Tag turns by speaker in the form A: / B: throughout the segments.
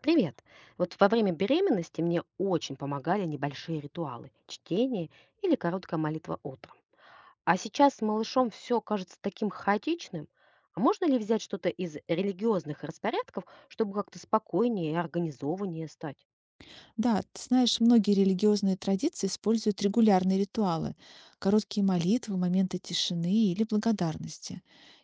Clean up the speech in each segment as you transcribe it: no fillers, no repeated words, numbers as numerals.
A: Привет! Вот во время беременности мне очень помогали небольшие ритуалы, чтение или короткая молитва утром. А сейчас с малышом все кажется таким хаотичным. А можно ли взять что-то из религиозных распорядков, чтобы как-то спокойнее и организованнее стать?
B: Да, ты знаешь, многие религиозные традиции используют регулярные ритуалы, короткие молитвы, моменты тишины или благодарности.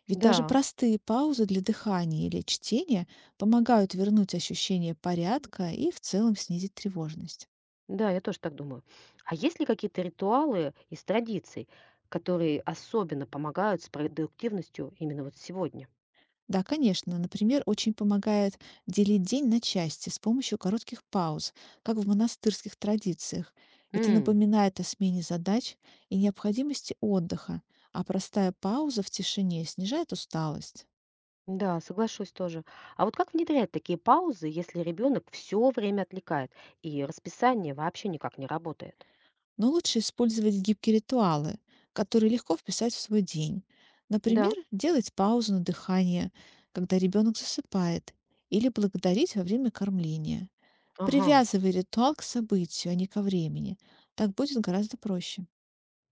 B: Ведь даже
A: Да,
B: простые паузы для дыхания или чтения помогают вернуть ощущение порядка и в целом снизить тревожность.
A: да, я тоже так думаю. А есть ли какие-то ритуалы из традиций, которые особенно помогают с продуктивностью именно вот сегодня?
B: Да, конечно. Например, очень помогает делить день на части с помощью коротких пауз, как в монастырских традициях. Это напоминает о смене задач и необходимости отдыха, а простая пауза в тишине снижает усталость.
A: Да, соглашусь тоже. А вот как внедрять такие паузы, если ребенок все время отвлекает и расписание вообще никак не работает?
B: Но лучше использовать гибкие ритуалы, которые легко вписать в свой день. Например,
A: Да,
B: делать паузу на дыхание, когда ребенок засыпает, или благодарить во время кормления.
A: ага.
B: Привязывай ритуал к событию, а не ко времени. Так будет гораздо проще.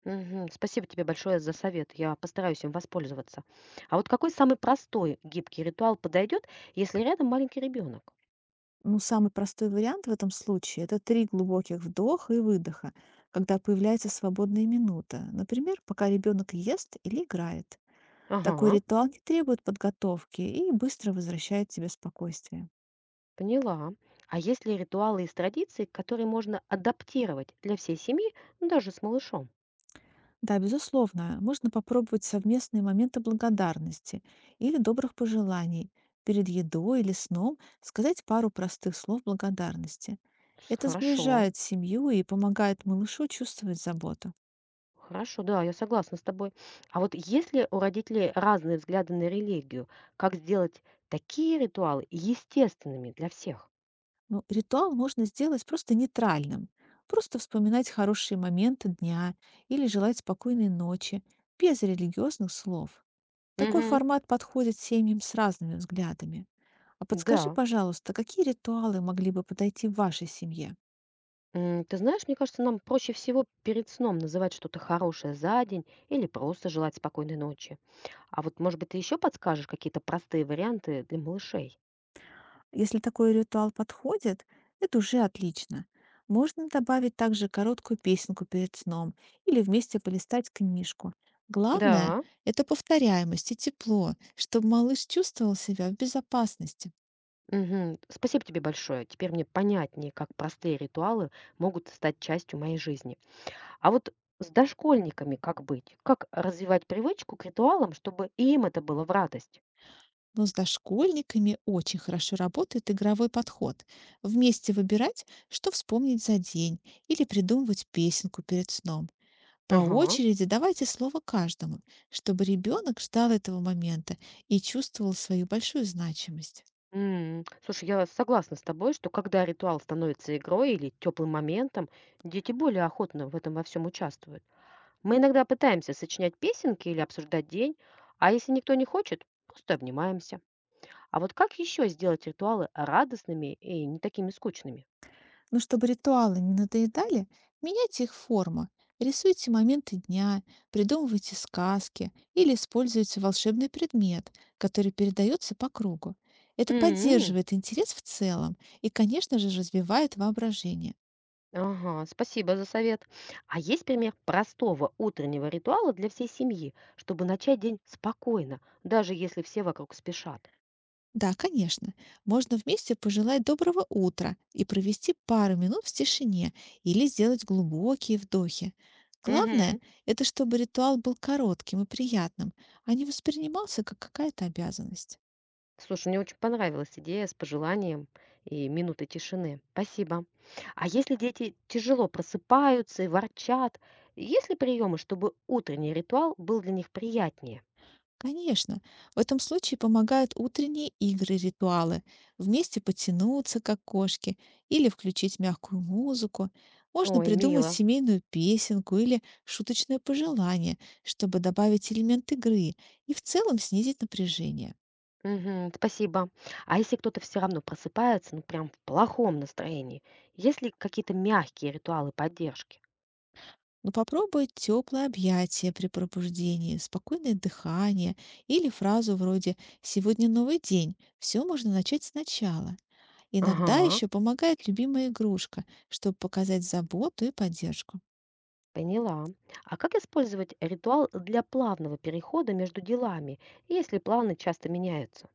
A: Мгм. Спасибо тебе большое за совет. Я постараюсь им воспользоваться. А вот какой самый простой гибкий ритуал подойдет, если рядом маленький ребенок?
B: Ну, самый простой вариант в этом случае – это три глубоких вдоха и выдоха, когда появляется свободная минута. Например, пока ребенок ест или играет. Такой
A: Ага,
B: ритуал не требует подготовки и быстро возвращает тебе спокойствие.
A: поняла. А есть ли ритуалы из традиций, которые можно адаптировать для всей семьи, ну, даже с малышом?
B: Да, безусловно, можно попробовать совместные моменты благодарности или добрых пожеланий перед едой или сном, сказать пару простых слов благодарности.
A: С-
B: Это
A: хорошо.
B: сближает семью и помогает малышу чувствовать заботу.
A: Хорошо, да, я согласна с тобой. А вот если у родителей разные взгляды на религию, как сделать такие ритуалы естественными для всех?
B: Но ритуал можно сделать просто нейтральным. Просто вспоминать хорошие моменты дня или желать спокойной ночи, без религиозных слов. Такой
A: Мгм.
B: формат подходит семьям с разными взглядами. А подскажи,
A: Да.
B: пожалуйста, какие ритуалы могли бы подойти в вашей семье?
A: Ты знаешь, мне кажется, нам проще всего перед сном называть что-то хорошее за день или просто желать спокойной ночи. А вот, может быть, ты еще подскажешь какие-то простые варианты для малышей?
B: Если такой ритуал подходит, это уже отлично. Можно добавить также короткую песенку перед сном или вместе полистать книжку. Главное –
A: Да.
B: это повторяемость и тепло, чтобы малыш чувствовал себя в безопасности.
A: Мгм. Спасибо тебе большое. Теперь мне понятнее, как простые ритуалы могут стать частью моей жизни. А вот с дошкольниками как быть? Как развивать привычку к ритуалам, чтобы и им это было в радость?
B: Но с дошкольниками очень хорошо работает игровой подход. Вместе выбирать, что вспомнить за день, или придумывать песенку перед сном. По
A: Ага.
B: очереди давайте слово каждому, чтобы ребенок ждал этого момента и чувствовал свою большую значимость.
A: Слушай, я согласна с тобой, что когда ритуал становится игрой или теплым моментом, дети более охотно в этом во всем участвуют. Мы иногда пытаемся сочинять песенки или обсуждать день, а если никто не хочет, просто обнимаемся. А вот как еще сделать ритуалы радостными и не такими скучными?
B: Но чтобы ритуалы не надоедали, меняйте их форму. Рисуйте моменты дня, придумывайте сказки или используйте волшебный предмет, который передается по кругу. Это
A: М.
B: поддерживает интерес в целом и, конечно же, развивает воображение.
A: Ага, спасибо за совет. А есть пример простого утреннего ритуала для всей семьи, чтобы начать день спокойно, даже если все вокруг спешат?
B: Да, конечно, можно вместе пожелать доброго утра и провести пару минут в тишине или сделать глубокие вдохи. Главное –
A: Угу.
B: это чтобы ритуал был коротким и приятным, а не воспринимался как какая-то обязанность.
A: Слушай, мне очень понравилась идея с пожеланием и минуты тишины. Спасибо. А если дети тяжело просыпаются и ворчат, есть ли приемы, чтобы утренний ритуал был для них приятнее?
B: Конечно, в этом случае помогают утренние игры-ритуалы. Вместе потянуться, как кошки, или включить мягкую музыку. Можно
A: Ой,
B: придумать
A: мило.
B: семейную песенку или шуточное пожелание, чтобы добавить элемент игры и в целом снизить напряжение.
A: Мгм. Спасибо. А если кто-то все равно просыпается, ну прям в плохом настроении, есть ли какие-то мягкие ритуалы поддержки?
B: Но попробуй теплое объятие при пробуждении, спокойное дыхание или фразу вроде «Сегодня новый день, все можно начать сначала». Иногда
A: Ага,
B: еще помогает любимая игрушка, чтобы показать заботу и поддержку.
A: поняла. А как использовать ритуал для плавного перехода между делами, если планы часто меняются?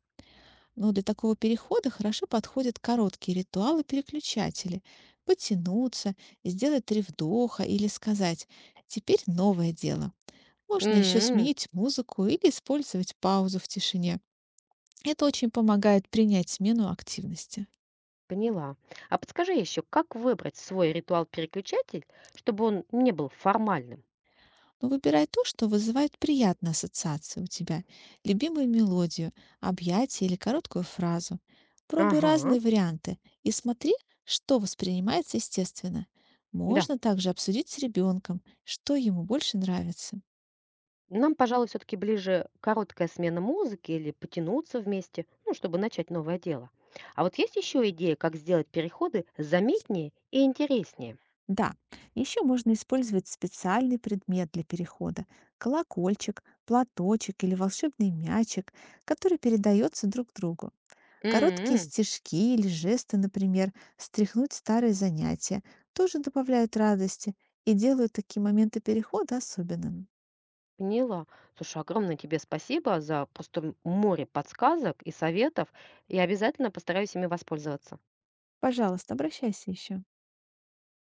B: Но для такого перехода хорошо подходят короткие ритуалы-переключатели. Потянуться, сделать три вдоха или сказать «теперь новое дело». Можно еще
A: М,
B: сменить музыку или использовать паузу в тишине. Это очень помогает принять смену активности.
A: Поняла. А подскажи еще, как выбрать свой ритуал-переключатель, чтобы он не был формальным?
B: Но выбирай то, что вызывает приятные ассоциации у тебя, любимую мелодию, объятие или короткую фразу. Пробуй
A: Ага,
B: разные варианты и смотри, что воспринимается естественно.
A: да.
B: Можно также обсудить с ребенком, что ему больше нравится.
A: Нам, пожалуй, все-таки ближе короткая смена музыки или потянуться вместе, ну, чтобы начать новое дело. А вот есть еще идея, как сделать переходы заметнее и интереснее?
B: Да, еще можно использовать специальный предмет для перехода – колокольчик, платочек или волшебный мячик, который передается друг другу. Короткие
A: М,
B: стишки или жесты, например, стряхнуть старые занятия, тоже добавляют радости и делают такие моменты перехода особенными.
A: Поняла. Слушай, огромное тебе спасибо за просто море подсказок и советов. Я обязательно постараюсь ими воспользоваться.
B: Пожалуйста, обращайся еще.